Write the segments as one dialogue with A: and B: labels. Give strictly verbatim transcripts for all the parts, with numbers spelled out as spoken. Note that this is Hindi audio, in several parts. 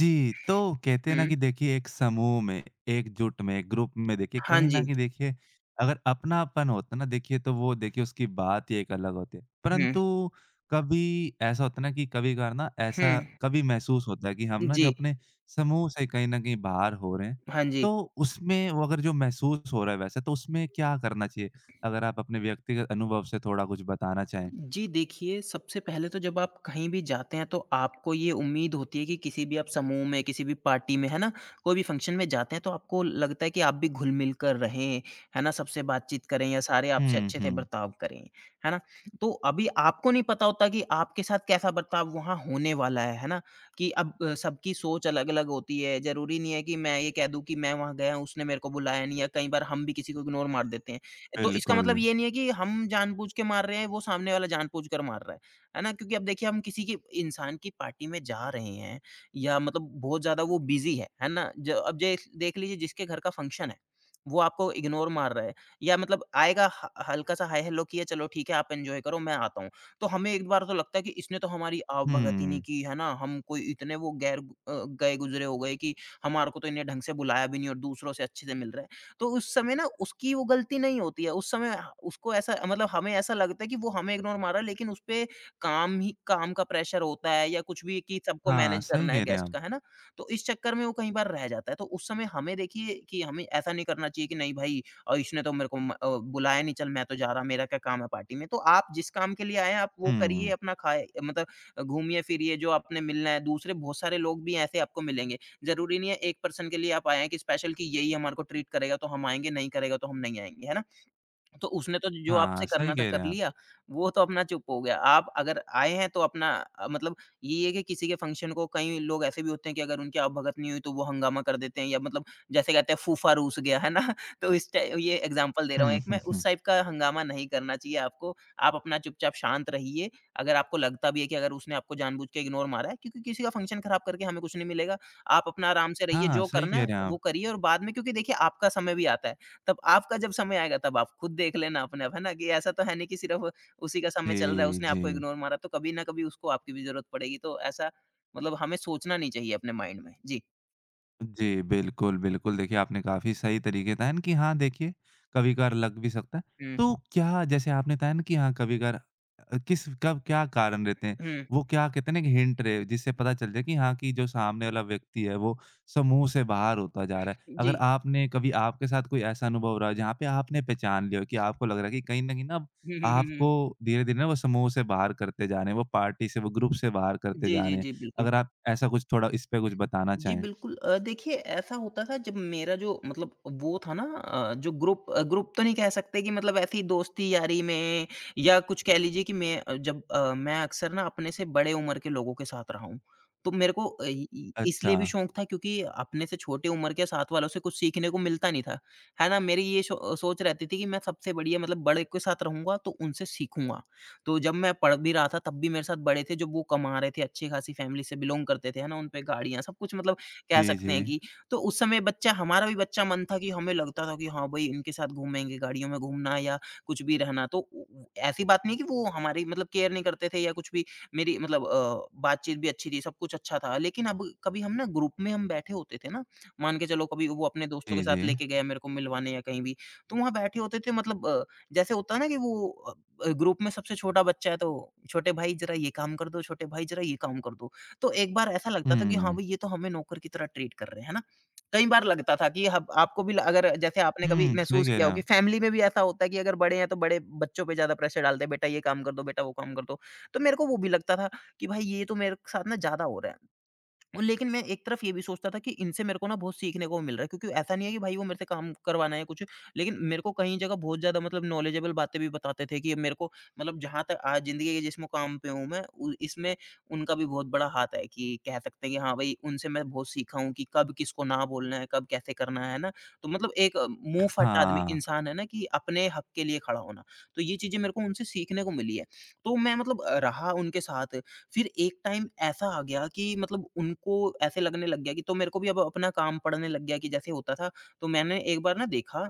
A: जी, तो कहते हैं ना
B: हुँ।
A: कि देखिए एक समूह में, एकजुट में, एक ग्रुप में देखिए
B: हाँ
A: कहीं
B: जी।
A: न कहीं देखिए अगर अपनापन होता ना देखिए तो वो देखिए उसकी बात ही एक अलग होती है।
B: हुँ।
A: परंतु कभी ऐसा होता है ना कि कभी-कभार ना
B: हुँ।
A: ऐसा कभी महसूस होता है कि हम ना जो
B: जी।
A: अपने समूह से कहीं न कहीं बाहर हो रहे हैं,
B: हाँ जी।
A: तो उसमें वो अगर जो महसूस हो रहा है वैसे तो उसमें क्या करना चाहिए? अगर आप अपने व्यक्तिगत अनुभव से थोड़ा कुछ बताना चाहें?
B: जी देखिए, सबसे पहले तो जब आप कहीं भी जाते हैं तो आपको ये उम्मीद होती है कि किसी भी आप समूह में, किसी भी पार्टी में, है ना? कोई भी फ़ंक्शन में जाते हैं तो आपको लगता है कि आप भी घुल-मिल कर रहें, है ना? सबसे बातचीत करें या सारे आपसे
A: हुँ,
B: अच्छे से
A: हुँ।
B: बर्ताव करें, है ना? तो अभी आपको नहीं पता होता कि आपके साथ कैसा बर्ताव वहाँ होने वाला है, है ना? कि अब अ, सबकी सोच अलग-अलग होती है। ज़रूरी नहीं है कि मैं ये कह दूँ कि मैं वहाँ गया हूँ, उसने मेरे को बुलाया नहीं या कई बार हम भी किसी को इग्नोर मार देते हैं। तो इसका
A: बिल्कुल।
B: मतलब ये नहीं है कि हम जानबूझ के मार रहे हैं, वो सामने वाला जानबूझ कर मार रहा है। है ना? क्योंकि अब देखिए हम किसी की इंसान की पार्टी में जा रहे हैं या मतलब बहुत ज़्यादा वो बिज़ी है, है ना? ज अब जेस देख लीजिए जिसके घर का फंक्शन है, वो आपको इग्नोर मार रहा है या मतलब आएगा ह हल्का-सा हाय-हेलो किया, चलो ठीक है, आप एन्जॉय करो मैं आता हूँ। तो हमें एक बार तो लगता है कि इसने तो हमारी आवभगत ही नहीं
A: हुँ।
B: की, है ना? हम कोई इतने वो गैर अ, गए गुज़रे हो गए कि हमारे को तो इन्हें ढंग से बुलाया भी नहीं और दूसरों से अच्छे से मिल रहा है। तो उस समय ना उसकी वो गलती नहीं होती है। उस समय उसको ऐसा मतलब हमें ऐसा लगता है कि वो हमें इग्नोर मार रहा है लेकिन उसपे काम ही काम का प्रेशर होता है या कुछ भी कि सबको
A: हाँ,
B: मैनेज
A: सही
B: करना है
A: कह रहे हैं
B: गेस्ट
A: आप।
B: का, है ना? तो इस चक्कर में वो कई बार रह जाता है। तो उस समय हमें देखिए कि हमें ऐसा नहीं करना चाहिए कि नहीं भाई अ, इसने तो मेरे को म अ, बुलाया नहीं, चल मैं तो जा रहा, मेरा क्या काम है पार्टी में। तो आप जिस काम के लिए आए हैं आप वो करिए,
A: हुँ।
B: अपना खाए मतलब घूमिए-फिरिए, जो आपने मिलना है, दूसरे बहुत सारे लोग भी ऐसे आपको मिलेंगे। ज़रूरी नहीं है एक पर्सन के लिए आप आए हैं कि स्पेशल कि यही हमारे को ट्रीट करेगा तो हम आएँगे, नहीं करेगा तो हम नहीं आएँगे, है ना? तो उसने तो जो आपसे
A: हाँ,
B: करना
A: सही
B: था
A: कह रहे
B: कर
A: हैं आप।
B: लिया, वो तो अपना चुप हो गया। आप अगर आए हैं तो अपना अ, मतलब ये है कि किसी के फंक्शन को कई लोग ऐसे भी होते हैं कि अगर उनकी आवभगत नहीं हुई तो वो हंगामा कर देते हैं या मतलब जैसे कहते हैं फूफा रूस गया, है ना? तो इस टाइ ये एग्ज़ाम्पल दे रहा हूँ
A: हुँ,
B: एक
A: हुँ,
B: मैं,
A: हुँ।
B: उस टाइप का हंगामा नहीं करना चाहिए आपको। आप अपना चुपचाप शांत रहिए। अगर आपको लगता भी है कि अगर उसने आपको जानबूझ के इग्नोर मारा है, क्योंकि किसी का फंक्शन खराब करके हमें कुछ नहीं मिलेगा। आप अपना आराम से रहिए,
A: हाँ,
B: जो
A: सही
B: करना
A: कह
B: है
A: रहे हैं
B: वो
A: आप।
B: करिए और बाद में क्योंकि देखिए आपका समय भी आता है। तब आपका जब समय आएगा तब आप खुद देख लेना अपने आप, है ना? कि ऐसा तो है नहीं कि सिर्फ़ उसी का समय चल रहा है,
A: जी,
B: उसने
A: जी।
B: आपको इग्नोर मारा तो कभी ना कभी उसको आपकी भी ज़रूरत पड़ेगी। तो ऐसा मतलब हमें सोचना नहीं चाहिए अपने माइंड में। जी।
A: जी, बिल्कुल, बिल्कुल। देखिए, आपने काफ़ी सही तरीके बताया ना कि हाँ, देखिए कभी-कभार लग भी सकता है।
B: हुँ,
A: तो क्या जैसे आपने बताया ना कि हाँ, कभी-कभार अ, किस कब क्या कारण रहते हैं?
B: हुँ।
A: वो क्या कहते हैं ना कि हिंट रहे जिससे पता चल जाए कि हाँ, कि जो सामने वाला व्यक्ति है वो समूह से बाहर होता जा रहा है।
B: जी।
A: अगर आपने कभी आपके साथ कोई ऐसा अनुभव रहा हो जहाँ पे आपने पहचान लिया हो कि आपको लग रहा है कि कहीं न कहीं ना अब
B: हुँ, हुँ, हुँ, हुँ।
A: आपको धीरे-धीरे ना वो समूह से बाहर करते जा रहे हैं, वो पार्टी से, वो ग्रुप से बाहर करते
B: जी,
A: जा
B: जी,
A: रहे हैं।
B: जी, बिल्कुल।
A: अगर आप ऐसा कुछ थोड़ा इस पे कुछ बताना
B: जी,
A: चाहें?
B: बिल्कुल अ, देखिए ऐसा होता था जब मेरा जो मतलब वो था ना अ, जो ग्रुप अ, ग्रुप तो नहीं कह सकते कि मतलब ऐसी दोस्ती यारी में या कुछ कह लीजिए कि मैं अ, जब अ, मैं अक्सर ना अपने से बड़े उम्र के लोगों के साथ रहा हूँ। तो मेरे को अ, इ इ
A: अच्छा।
B: इसलिए भी शौक था क्योंकि अपने से छोटे उम्र के साथ वालों से कुछ सीखने को मिलता नहीं था। है ना? मेरी ये शो सोच रहती थी कि मैं सबसे बढ़िया मतलब बड़े के साथ रहूँगा तो उनसे सीखूँगा। तो जब मैं पढ़ भी रहा था तब भी मेरे साथ बड़े थे, जो वो कमा रहे थे, अच्छी-खासी फैमिली से बिलॉन्ग करते थे, है ना? उन पे गाड़ियाँ सब कुछ मतलब कह
A: जी,
B: सकते
A: जी।
B: हैं कि तो उस समय बच्चा हमारा भी बच्चा मन था कि हमें लगता था कि हाँ भई, इनके साथ घूमेंगे, गाड़ियों में घूमना या कुछ भी रहना। तो उ उ ऐसी बात नहीं है कि वो हमारी मतलब केयर नहीं करते थे या कुछ भी। मेरी मतलब अ, बातचीत भी अच्छी थी, सब कुछ अच्छा था। लेकिन अब कभी हम ना ग्रुप में हम बैठे होते थे ना, मान के चलो कभी वो अपने दोस्तों के
A: जी, जी।
B: साथ लेके गया मेरे को मिलवाने या कहीं भी, तो वहाँ बैठे होते थे मतलब अ, जैसे होता है ना कि वो अ, अ, ग्रुप में सबसे छोटा बच्चा है तो छोटे भाई जरा ये काम कर दो, छोटे भाई जरा ये काम कर दो। तो एक बार ऐसा लगता था कि हाँ
A: हुँ।
B: भाई ये तो हमें नौकर की तरह ट्रीट कर रहे हैं, है ना? कई बार लगता था कि हब आपको भी ल अगर जैसे आपने कभी
A: हुँ, सही
B: महसूस
A: कह
B: किया
A: रहे
B: हो
A: हैं
B: कि
A: आप।
B: फैमिली में भी ऐसा होता है कि अगर बड़े हैं तो बड़े बच्चों पे ज़्यादा प्रेशर डालते हैं, बेटा ये काम कर दो, बेटा वो काम कर दो। तो मेरे को वो भी लगता था कि भाई ये तो मेरे साथ ना ज़्यादा हो रहा है। लेकिन मैं एक तरफ ये भी सोचता था कि इनसे मेरे को ना बहुत सीखने को मिल रहा है क्योंकि ऐसा नहीं है कि भाई वो मेरे से काम करवाना है कुछ, लेकिन मेरे को कहीं जगह बहुत ज्यादा मतलब नॉलेजेबल बातें भी बताते थे कि मेरे को मतलब जहां तक आज जिंदगी के जिस मुकाम पे हूँ मैं उ- इसमें उनका भी बहुत बड़ा हाथ है कि कह सकते हैं कि हाँ भाई उनसे मैं बहुत सीखा हूँ कि कब किसको ना बोलना है कब कैसे करना है ना, तो मतलब एक अ, मुंह फट आदमी
A: हाँ।
B: इंसान है ना कि अपने हक के लिए खड़ा होना, तो ये चीजें मेरे को उनसे सीखने को मिली है। तो मैं मतलब अ, रहा उनके साथ। फिर एक टाइम ऐसा आ गया कि मतलब उनको ऐसे लगने लग गया कि तो मेरे को भी अब अपना काम पड़ने लग गया कि जैसे होता था, तो मैंने एक बार ना देखा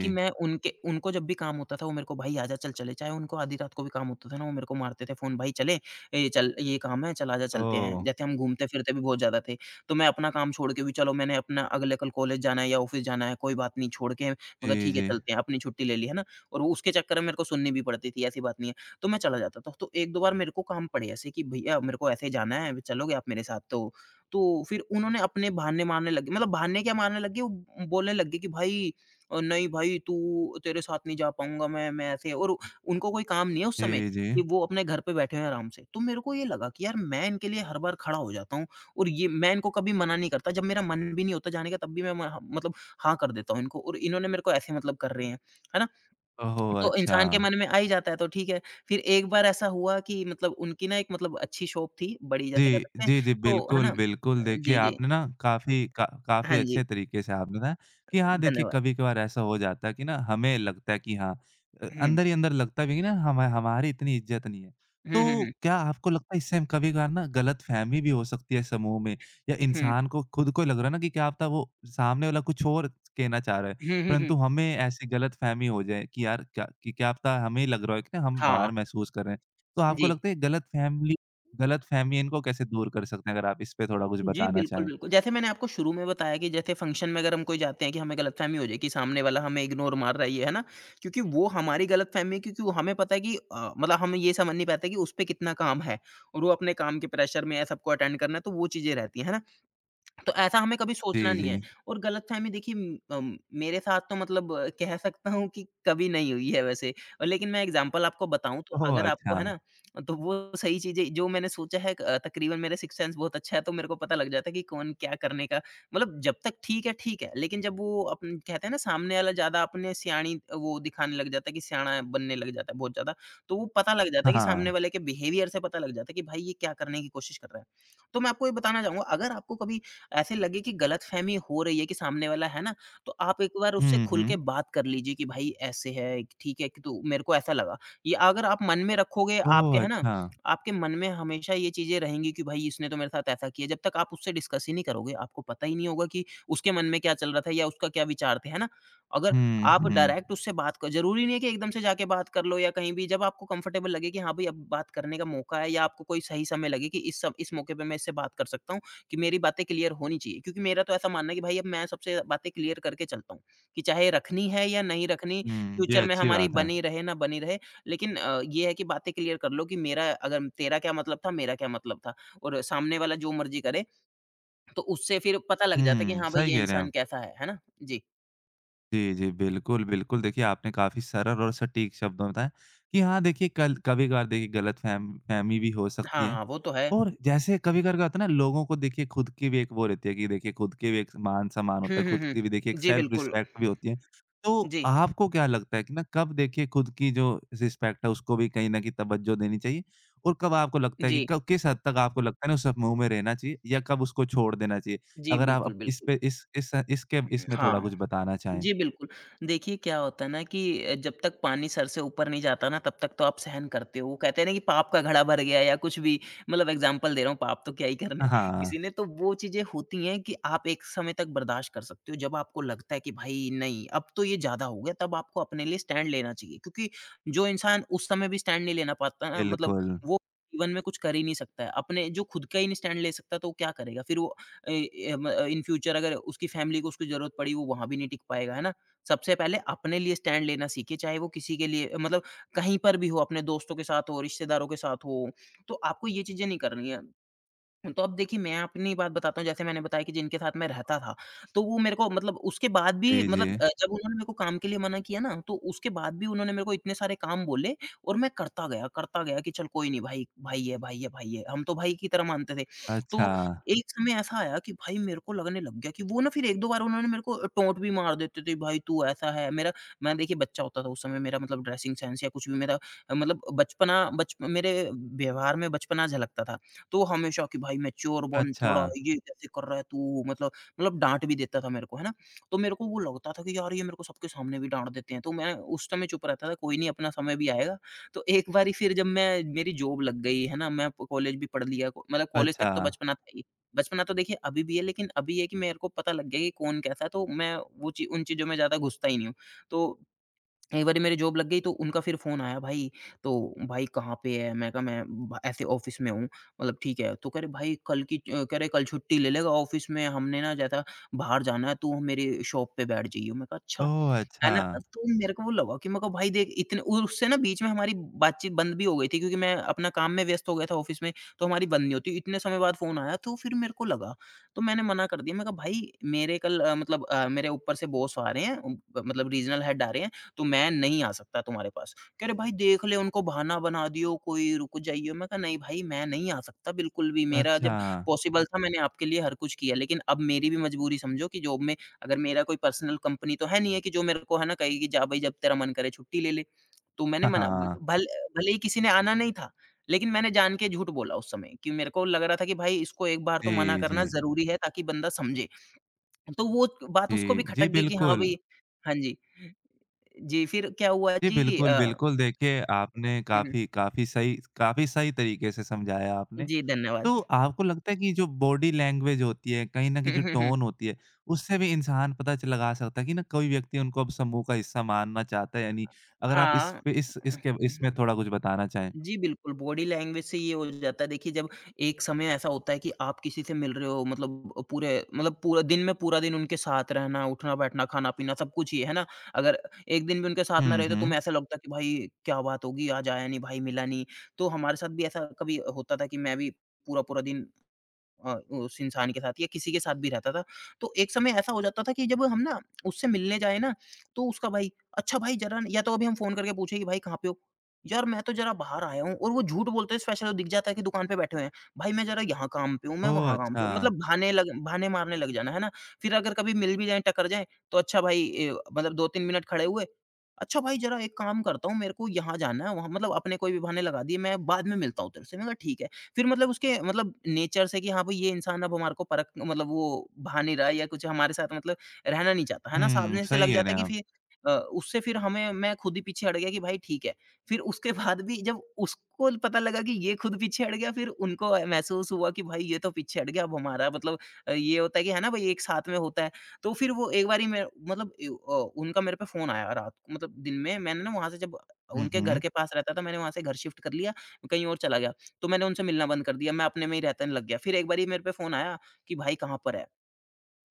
B: कि मैं उनके उनको जब भी काम होता था, वो मेरे को भाई आजा चल चले, चाहे उनको आधी रात को भी काम होता था ना, वो मेरे को मारते थे फ़ोन भाई चले, ए चल ये काम है, चल आजा चलते हैं।
A: ओह!
B: जैसे हम घूमते-फिरते भी बहुत ज़्यादा थे, तो मैं अपना काम छोड़ के भी, चलो मैंने अपना अगले कल कॉलेज जाना है या ऑफ़िस जाना है, कोई बात नहीं छोड़ के मैं कहा
A: जी,
B: ठीक है
A: जी।
B: चलते हैं, अपनी छुट्टी ले ली, है ना? और वो उसके चक्कर में मेरे को सुननी भी पड़ती थी, ऐसी बात नहीं है। तो मैं चला जाता था, तो एक दो बार मेरे को काम पड़े ऐसे कि भैया मेरे को ऐसे जाना है, चलोगे आप मेरे साथ? तो तो फिर उन्होंने अपने बहाने मारने लगे, मतलब बहाने क्या मारने लगे, वो बोलने लग गए कि भाई अ, नहीं भाई तू तेरे साथ नहीं जा पाऊँगा मैं, मैं ऐसे, और उनको कोई काम नहीं है उस समय
A: जी, जी।
B: कि वो अपने घर पे बैठे हैं आराम से। तो मेरे को ये लगा कि यार मैं इनके लिए हर बार खड़ा हो जाता हूँ और ये मैं इनको कभी मना नहीं करता। जब मेरा मन भी नहीं होता जाने का तब भी मैं म हाँ, मतलब हाँ कर देता हूँ इनको, और इन्होंने मेरे को ऐसे मतलब कर रहे हैं, है ना?
A: ओह हो!
B: तो
A: अच्छा।
B: इंसान के मन में आ ही जाता है, तो ठीक है। फिर एक बार ऐसा हुआ कि मतलब उनकी ना एक मतलब अच्छी शॉप थी, बड़ी जैसे कह
A: जी,
B: सकते हैं,
A: जी, जी,
B: तो है
A: बिल्कुल,
B: ना?
A: बिल्कुल। देखिए,
B: जी, जी।
A: आपने ना काफ़ी का काफ़ी
B: हाँ जी,
A: अच्छे तरीके से आपने बताया कि हाँ, देखिए
B: धन्यवाद।
A: कभी-कभार ऐसा हो जाता है कि ना हमें लगता है कि हाँ अ,
B: हुँ।
A: अंदर ही अंदर लगता भी है कि ना हम हमारी इतनी इज़्ज़त नहीं है।
B: हुँ, हुँ,
A: तो
B: हुँ।
A: क्या आपको लगता है इससे हम कभी-कभार ना गलतफ़हमी भी हो सकती है समूह में या
B: हुँ।
A: इंसान को खुद को लग रहा है ना कि क्या पता वो सामने वाला कुछ और कहना चाह रहा है,
B: हुँ, हुँ, हुँ।
A: परंतु हमें ऐसी गलतफ़हमी हो जाए कि यार क्या कि क्या पता हमें लग रहा है कि ना हम
B: हाँ,
A: बाहर महसूस कर रहे हैं। तो
B: जी।
A: आपको लगता है गलतफ़हमी गलतफ़हमी इनको कैसे दूर कर सकते हैं? अगर आप इस पे थोड़ा कुछ
B: जी,
A: बताना
B: बिल्कुल,
A: चाहें?
B: बिल्कुल। जैसे मैंने आपको शुरू में बताया कि जैसे फ़ंक्शन में अगर हम कोई जाते हैं कि हमें गलतफ़हमी हो जाए कि सामने वाला हमें इग्नोर मार रहा है ये, है ना? क्योंकि वो हमारी गलतफ़हमी है, क्योंकि वो हमें पता है कि अ, मतलब हम ये समझ नहीं पाते कि उस पे कितना काम है और वो अपने काम के प्रेशर में है, सबको अटेंड करना है, तो वो चीज़ें रहती हैं, है ना? तो ऐसा हमें कभी सोचना
A: जी,
B: नहीं
A: जी।
B: है। और गलतफ़हमी देखिए म अम, मेरे साथ तो मतलब अ, कह सकता हूँ कि कभी नहीं हुई है वैसे। और लेकिन मैं एग्ज़ाम्पल आपको बताऊँ तो
A: ओह!
B: अगर आपको
A: अच्छा।
B: है ना, तो वो सही चीज़ें जो मैंने सोचा है अ, तकरीबन मेरा सिक्स्थ सेंस बहुत अच्छा है तो मेरे को पता लग जाता है कि कौन क्या करने का मतलब जब तक ठीक है, ठीक है। लेकिन जब वो अपन कहते हैं ना सामने वाला ज़्यादा अपने सियाणी वो दिखाने लग जाता है कि सियाना बनने लग जाता है बहुत ज़्यादा, तो वो पता लग जाता है कि सामने
A: हाँ।
B: वाले के बिहेवियर से पता लग जाता है कि भाई ये क्या करने की कोशिश कर रहा है। तो मैं आपको ये बताना चाहूँगा अगर आपको कभी ऐसे लगे कि गलतफ़हमी हो रही है कि सामने वाला है ना, तो आप एक बार उससे
A: हुँ,
B: खुल के
A: हुँ।
B: बात कर लीजिए कि भाई ऐसे है, ठीक है कि तो मेरे को ऐसा लगा। ये अगर आप मन में रखोगे आपके
A: ओह!
B: है ना,
A: अच्छा।
B: आपके मन में हमेशा ये चीज़ें रहेंगी कि भाई इसने तो मेरे साथ ऐसा किया, जब तक आप उससे डिस्कस ही नहीं करोगे, आपको पता ही नहीं होगा कि उसके मन में क्या चल रहा था या उसका क्या विचार थे, है ना? अगर
A: हुँ,
B: आप
A: हुँ।
B: डायरेक्ट उससे बात क ज़रूरी नहीं है कि एकदम से जाके बात कर लो या कहीं भी जब आपको कंफ़र्टेबल लगे कि हाँ, भई अब बात करने का मौका है या आपको कोई सही समय लगे कि इस सब इस मौके पे मैं इससे बात कर सकता हूँ, कि मेरी बातें क्लियर होनी चाहिए क्योंकि मेरा तो ऐसा मानना है कि भाई अब मैं सबसे बातें क्लियर करके चलता हूँ, कि चाहे रखनी है या नहीं रखनी,
A: हुँ, ये
B: फ्यूचर में
A: अच्छी
B: हमारी
A: बात है।
B: बनी रहे ना बनी रहे, लेकिन अ, ये है कि बातें क्लियर कर लो कि मेरा अगर तेरा क्या मतलब था, मेरा क्या मतलब था और सामने वाला जो मर्ज़ी करे, तो उससे फिर पता लग जाता है कि
A: हुँ,
B: हाँ भाई,
A: सही
B: ये
A: कह रहे हैं
B: इंसान
A: आप।
B: कैसा है, है ना? जी।
A: जी, जी। बिल्कुल, बिल्कुल। देखिए, आपने काफ़ी सरल और सटीक शब्दों में बताया कि हाँ, देखिए कल कभी-कभार देखिए गलतफ़हम फ़हमी भी हो सकती
B: हाँ,
A: है।
B: हाँ, वो तो है।
A: और जैसे कभी-कभार क्या होता है ना, लोगों को देखिए खुद की भी एक वो रहती है कि देखिए खुद की भी एक मान-सम्मान होता
B: हुँ,
A: है,
B: हुँ,
A: खुद की भी देखिए
B: हुँ।
A: एक
B: जी,
A: सेल्फ़
B: बिल्कुल।
A: रिस्पेक्ट भी होती है। तो
B: जी,
A: आपको क्या लगता है कि ना कब देखिए खुद की जो रिस्पेक्ट है उसको भी कहीं न कहीं तवज्जो देनी चाहिए? और कब आपको लगता है कि
B: जी।
A: कब किस हद तक आपको लगता है ना उस समूह में रहना चाहिए या कब उसको छोड़ देना चाहिए?
B: जी,
A: अगर आप
B: बिल्कुल,
A: अप इस
B: बिल्कुल।
A: पे इस इस इसके इसमें थोड़ा
B: हाँ।
A: कुछ बताना चाहें?
B: जी, बिल्कुल। देखिए क्या होता है ना कि अ, जब तक पानी सर से ऊपर नहीं जाता ना तब तक तो आप सहन करते हो। वो कहते हैं ना कि पाप का घड़ा भर गया या कुछ भी मतलब एग्ज़ाम्पल दे रहा हूँ, पाप तो क्या ही करने
A: हाँ,
B: किसी ने। तो वो चीज़ें होती हैं कि आप एक समय तक बर्दाश्त कर सकते हो। जब आपको लगता है कि भाई नहीं, अब तो ये ज़्यादा हो गया, तब आपको अपने लिए स्टैंड लेना चाहिए। क्योंकि जो इंसान उस समय भी स्टैंड नहीं लेना पाता ना मतलब
A: बिल्कुल।
B: वो जीवन में कुछ कर ही नहीं सकता है। अपने जो खुद का ही नहीं स्टैंड ले सकता तो वो क्या करेगा? फिर वो ए ए, म इन फ्यूचर अगर उसकी फैमिली को उसकी ज़रूरत पड़ी, वो वहाँ भी नहीं टिक पाएगा, है ना? सबसे पहले अपने लिए स्टैंड लेना सीखिए, चाहे वो किसी के लिए मतलब कहीं पर भी हो, अपने दोस्तों के साथ हो, रिश्तेदारों के साथ हो, तो आपको ये चीज़ें नहीं करनी है। तो अब देखिए मैं अपनी बात बताता हूँ, जैसे मैंने बताया कि जिनके साथ मैं रहता था, तो वो मेरे को मतलब उसके बाद भी
A: जी, जी।
B: मतलब अ, जब उन्होंने मेरे को काम के लिए मना किया ना, तो उसके बाद भी उन्होंने मेरे को इतने सारे काम बोले और मैं करता गया, करता गया कि चल कोई नहीं भाई, भाई है भाई है भाई है, हम तो भाई की तरह मानते थे।
A: अच्छा,
B: तो एक समय ऐसा आया कि भाई मेरे को लगने लग गया कि वो ना फिर एक दो बार उन्होंने मेरे को टोंट भी मार देते थे, भाई तू ऐसा है, मेरा मैं देखिए बच्चा होता था उस समय, मेरा मतलब ड्रेसिंग सेंस या कुछ भी मेरा अ, मतलब बचपना बच मेरे व्यवहार में बचपना झलकता था। तो हमेशा कि भाई मैच्योर बन
A: अच्छा,
B: थोड़ा, ये कैसे कर रहा है तू? मतलब मतलब डाँट भी देता था मेरे को, है ना? तो मेरे को वो लगता था कि यार ये मेरे को सबके सामने भी डाँट देते हैं, तो मैं उस समय चुप रहता था, कोई नहीं अपना समय भी आएगा। तो एक बारी फिर जब मैं मेरी जॉब लग गई, है ना? मैं प कॉलेज भी पढ़ लिया, को मतलब कॉलेज तक
A: अच्छा।
B: तो बचपना था ही। बचपना तो देखिए अभी भी है, लेकिन अभी ये है कि मेरे को पता लग गया कि कौन कैसा है, तो मैं वो ची उन चीज़ों में ज़्यादा घुसता ही नहीं हूँ। तो एक बारी मेरी जॉब लग गई तो उनका फिर फ़ोन आया भाई, तो भाई कहाँ पे है? मैं कहा मैं ब ऐसे ऑफ़िस में हूँ, मतलब ठीक है। तो कह रहे भाई कल की अ, कह रहे कल छुट्टी ले लेगा ऑफ़िस में हमने ना ज़्यादा बाहर जाना है, तू मेरी शॉप पे बैठ जाइयो। मैं कहा अच्छा,
A: ओह!
B: है
A: अच्छा,
B: ना? तो मेरे को वो लगा कि मैं कहा भाई देख इतने और उससे ना बीच में हमारी बातचीत बंद भी हो गई थी क्योंकि मैं अपना काम में व्यस्त हो गया था ऑफ़िस में, तो हमारी बंद नहीं होती। इतने समय बाद फ़ोन आया तो फिर मेरे को लगा, तो मैंने मना कर दिया। मैं कहा भाई मेरे कल अ, मतलब अ, मेरे ऊपर से बॉस आ रहे हैं, उम, मतलब रीजनल हेड आ रहे हैं, तो मैं नहीं आ सकता तुम्हारे पास। कह रहे, "भाई देख ले उनको बहाना बना दियो कोई, रुक जाइए।" मैं कहा, "नहीं भाई, मैं नहीं आ सकता बिल्कुल भी। मेरा
A: अच्छा।
B: जब पॉसिबल था मैंने आपके लिए हर कुछ किया, लेकिन अब मेरी भी मजबूरी समझो कि जॉब में अगर मेरा कोई पर्सनल कंपनी तो है नहीं है कि जो मेरे को है ना कहेगी जा भई जब तेरा मन करे छुट्टी ले ले।" तो मैंने
A: हाँ,
B: मना ब
A: हाँ।
B: भल भले ही किसी ने आना नहीं था, लेकिन मैंने जान के झूठ बोला उस समय कि मेरे को लग रहा था कि भाई इसको एक बार तो मना
A: जी,
B: करना
A: जी।
B: ज़रूरी है ताकि बंदा समझे। तो वो बात
A: जी,
B: उसको भी खटक
A: जी,
B: गई कि हाँ,
A: बिल्कुल।
B: भई हाँ जी। जी, फिर क्या हुआ
A: जी,
B: जी
A: बिल्कुल,
B: अ,
A: बिल्कुल। देखिए, आपने
B: हुँ,
A: काफ़ी काफ़ी सही काफ़ी सही तरीके से समझाया आपने।
B: जी
A: तो
B: धन्यवाद।
A: आपको लगता है कि जो बॉडी लैंग्वेज होती है, कहीं न कहीं
B: हुँ,
A: जो
B: हुँ, हुँ।
A: टोन होती है, उससे भी इंसान पता च लगा सकता है कि ना कोई व्यक्ति उनको अब समूह का हिस्सा मानना चाहता है या नहीं? अगर आप इस
B: हाँ।
A: पे इस
B: हम्म,
A: इसके इसमें थोड़ा कुछ बताना चाहें?
B: जी, बिल्कुल बॉडी लैंग्वेज से ये हो जाता है देखिए जब एक समय ऐसा होता है कि आप किसी से मिल रहे हो मतलब अ, पूरे मतलब पूरा दिन में पूरा दिन उनके साथ रहना, उठना-बैठना, खाना-पीना सब कुछ ही है, है ना? अगर एक दिन भी उनके साथ ना
A: हुँ,
B: रहे तो
A: हुँ।
B: तुम्हें ऐसा लगता है कि भाई क्या बात होगी आज आया नहीं भाई, मिला नहीं। तो हमारे साथ भी ऐसा कभी होता था कि मैं भी पूरा-पूरा दिन अ, उस इंसान के साथ या किसी के साथ भी रहता था। तो एक समय ऐसा हो जाता था कि जब हम ना उससे मिलने जाएँ ना, तो उसका भाई, "अच्छा भाई ज़रा" या तो अभी हम फ़ोन करके पूछे कि, "भाई कहाँ पे हो?" "यार मैं तो ज़रा बाहर आया हूँ" और वो झूठ बोलते हैं स्पेशल वो दिख जाता है कि दुकान पे बैठे हुए हैं। "भाई मैं ज़रा यहाँ काम पे हूँ, मैं
A: ओह!
B: वहाँ काम पे
A: अच्छा।
B: हूँ" मतलब बहाने लग बहाने मारने लग जाना, है ना? फिर अगर कभी मिल भी जाएँ, टकर जाएँ, तो "अच्छा भाई" ए, मतलब दो तीन मिनट खड़े हुए, "अच्छा भाई ज़रा एक काम करता हूँ, मेरे को यहाँ जाना है, वहाँ" मतलब अपने कोई भी बहाने लगा दिए, "मैं बाद में मिलता हूँ तेरे से" मैंने कहा, "ठीक है।" फिर मतलब उसके मतलब नेचर से कि हाँ भाई ये इंसान अब हमारे को परख मतलब वो भा नहीं रहा है या कुछ हमारे साथ मतलब रहना नहीं चाहता, है ना?
A: हुँ,
B: सामने से लग
A: सही कह
B: जाता
A: रहे
B: है
A: हैं
B: कि
A: आप।
B: फिर अ, उससे फिर हमें मैं खुद ही पीछे हट गया कि भाई ठीक है। फिर उसके बाद भी जब उसको पता लगा कि ये खुद पीछे हट गया फिर उनको महसूस हुआ कि भाई ये तो पीछे हट गया अब हमारा मतलब अ, ये होता है कि है ना भाई एक साथ में होता है। तो फिर वो एक बारी मैं मतलब ए अ, उनका मेरे पे फ़ोन आया रात को मतलब दिन में मैंने ना वहाँ से जब
A: हुँ,
B: उनके घर
A: हुँ।
B: के पास रहता था मैंने वहाँ से घर शिफ्ट कर लिया, कहीं और चला गया। तो मैंने उनसे मिलना बंद कर दिया, मैं अपने में ही रहने लग गया। फिर एक बारी मेरे पे फ़ोन आया कि भाई कहाँ पर है?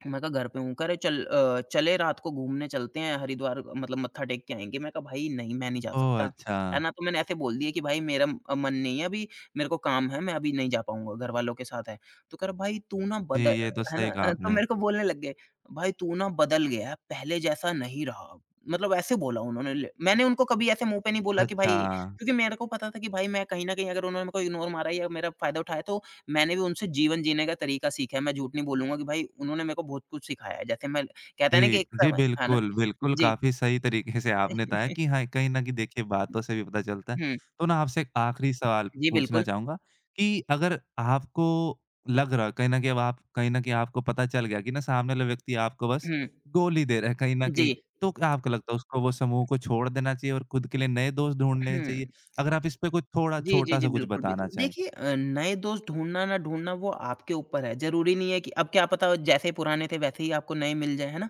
B: मैं कहा घर पे हूँ, कह रहे चल अ, चले रात को घूमने चलते हैं हरिद्वार मतलब मत्था टेक के आएँगे। मैं कहा भाई नहीं मैं नहीं जा
A: ओह!
B: सकता,
A: अच्छा।
B: है ना? तो मैंने ऐसे बोल दिया कि भाई मेरा अ, मन नहीं है अभी, मेरे को काम है, मैं अभी नहीं जा पाऊँगा, घर वालों के साथ है। तो कह रहा भाई तू ना
A: जी,
B: बद
A: ये तो
B: है ना?
A: सही कहा
B: अ, तो
A: आपने।
B: मेरे को बोलने लग गए, भाई तू ना बदल गया है, पहले जैसा नहीं रहा अब। मतलब ऐसे बोला उन्होंने ले मैंने उनको कभी ऐसे मुँह पे नहीं बोला कि
A: अच्छा।
B: भाई क्योंकि मेरे को पता था कि भाई मैं कहीं न कहीं अगर उन्होंने मेरे को इग्नोर मारा या मेरा फ़ायदा उठाया तो मैंने भी उनसे जीवन जीने का तरीका सीखा है, मैं झूठ नहीं बोलूँगा कि भाई उन्होंने मेरे को बहुत कुछ सिखाया है। जैसे मैं कहते हैं ना कि
A: जी,
B: एक
A: जी,
B: समय था ना
A: बिल्कुल, बिल्कुल,
B: जी।
A: काफ़ी सही तरीके से आपने बताया कि हाँ, कहीं न कहीं देखिए बातों से भी पता चलता है।
B: हुँ,
A: तो ना आपसे एक आखिरी सवाल
B: जी
A: पूछना
B: बिल्कुल।
A: चाहूँगा कि अगर आपको लग रहा है कहीं न कहीं अब आप कहीं न कहीं आपको पता चल गया कि ना सामने वाला व्यक्ति आपको बस
B: हुँ,
A: गोली दे रहा है कहीं न
B: जी।
A: कहीं, तो क्या आपको लगता है उसको वो समूह को छोड़ देना चाहिए और खुद के लिए नए दोस्त ढूँढ लेने
B: हुँ।
A: चाहिए? अगर आप इस पे कुछ थोड़ा
B: जी, जी, जी,
A: छोटा-सा कुछ
B: बिल्कुल,
A: बताना
B: बिल्कुल।
A: चाहें।
B: देखिए अ, नए दोस्त ढूँढना ना ढूँढना वो आपके ऊपर है, ज़रूरी नहीं है कि अब क्या पता जैसे पुराने थे वैसे ही आपको नए मिल जाएँ, है ना?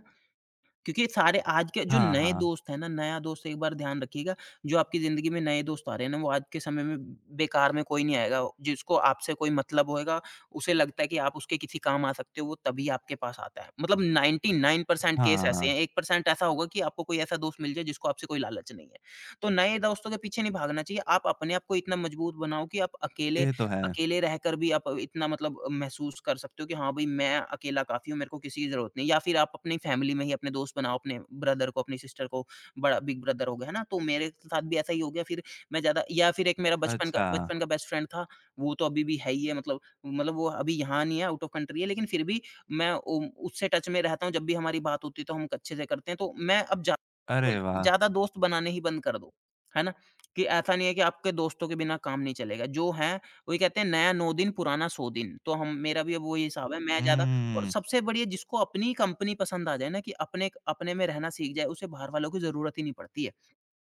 B: क्योंकि सारे आज के जो
A: हाँ,
B: नए
A: हाँ।
B: दोस्त हैं ना, नया दोस्त एक बार ध्यान रखिएगा, जो आपकी ज़िंदगी में नए दोस्त आ रहे हैं ना, वो आज के समय में बेकार में कोई नहीं आएगा। जिसको आपसे कोई मतलब होएगा, उसे लगता है कि आप उसके किसी काम आ सकते हो, वो तभी आपके पास आता है। मतलब निन्यानवे परसेंट केस
A: हाँ,
B: ऐसे
A: हाँ।
B: हैं, एक परसेंट ऐसा होगा कि आपको कोई ऐसा दोस्त मिल जाए, जिसको आपसे कोई लालच नहीं है। तो नए दोस्तों के पीछे नहीं भागना चाहिए, आप अपने आप को इतना मजबूत बनाओ कि आप अकेले
A: ये तो है।
B: अकेले रहकर भी आप इतना मतलब महसूस कर सकते हो कि हाँ, भई मैं अकेला काफ़ी हूँ, मेरे को किसी की ज़रूरत नहीं। या फिर आप अपनी फैमिली में ही अपने दोस्त बनाओ, अपने ब्रदर को, अपनी सिस्टर को, बड़ा बिग ब्रदर हो गया, है ना? तो मेरे साथ भी ऐसा ही हो गया फिर मैं ज़्यादा या फिर एक मेरा बचपन का
A: अच्छा।
B: बचपन का बेस्ट फ्रेंड था, वो तो अभी भी है ही है मतलब मतलब वो अभी यहाँ नहीं है, आउट ऑफ कंट्री है, लेकिन फिर भी मैं उ उससे टच में रहता हूँ, जब भी हमारी बात होती है तो हम अच्छे से करते हैं। तो मैं अब ज़्या
A: अरे वाह!
B: ज़्यादा दोस्त बनाने ही बंद कर दो, है ना? कि ऐसा नहीं है कि आपके दोस्तों के बिना काम नहीं चलेगा। जो हैं वही कहते हैं नया नौ दिन पुराना सौ दिन, तो हम मेरा भी अब वही हिसाब है, मैं ज़्यादा और
A: हुँ।
B: सबसे बढ़िया जिसको अपनी कंपनी पसंद आ जाए ना कि अपने अपने में रहना सीख जाए, उसे बाहर वालों की ज़रूरत ही नहीं पड़ती है।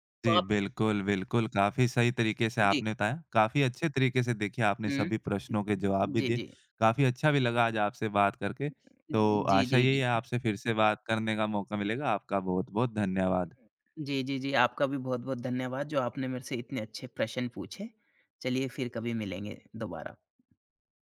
B: तो
A: जी,
B: आप
A: बिल्कुल, बिल्कुल। काफ़ी सही तरीके से
B: जी,
A: आपने बताया। काफ़ी अच्छे तरीके से देखिए आपने
B: हुँ।
A: सभी प्रश्नों के जवाब भी
B: जी,
A: दिए।
B: जी।
A: काफ़ी अच्छा भी लगा आज आपसे बात करके। तो
B: जी,
A: आशा
B: जी,
A: यही है
B: जी।
A: आपसे फिर से बात करने का मौका मिलेगा। आपका बहुत-बहुत धन्यवाद।
B: जी, जी, जी, आपका भी बहुत-बहुत धन्यवाद जो आपने मेरे से इतने अच्छे प्रश्न पूछे। चलिए फिर कभी मिलेंगे दोबारा।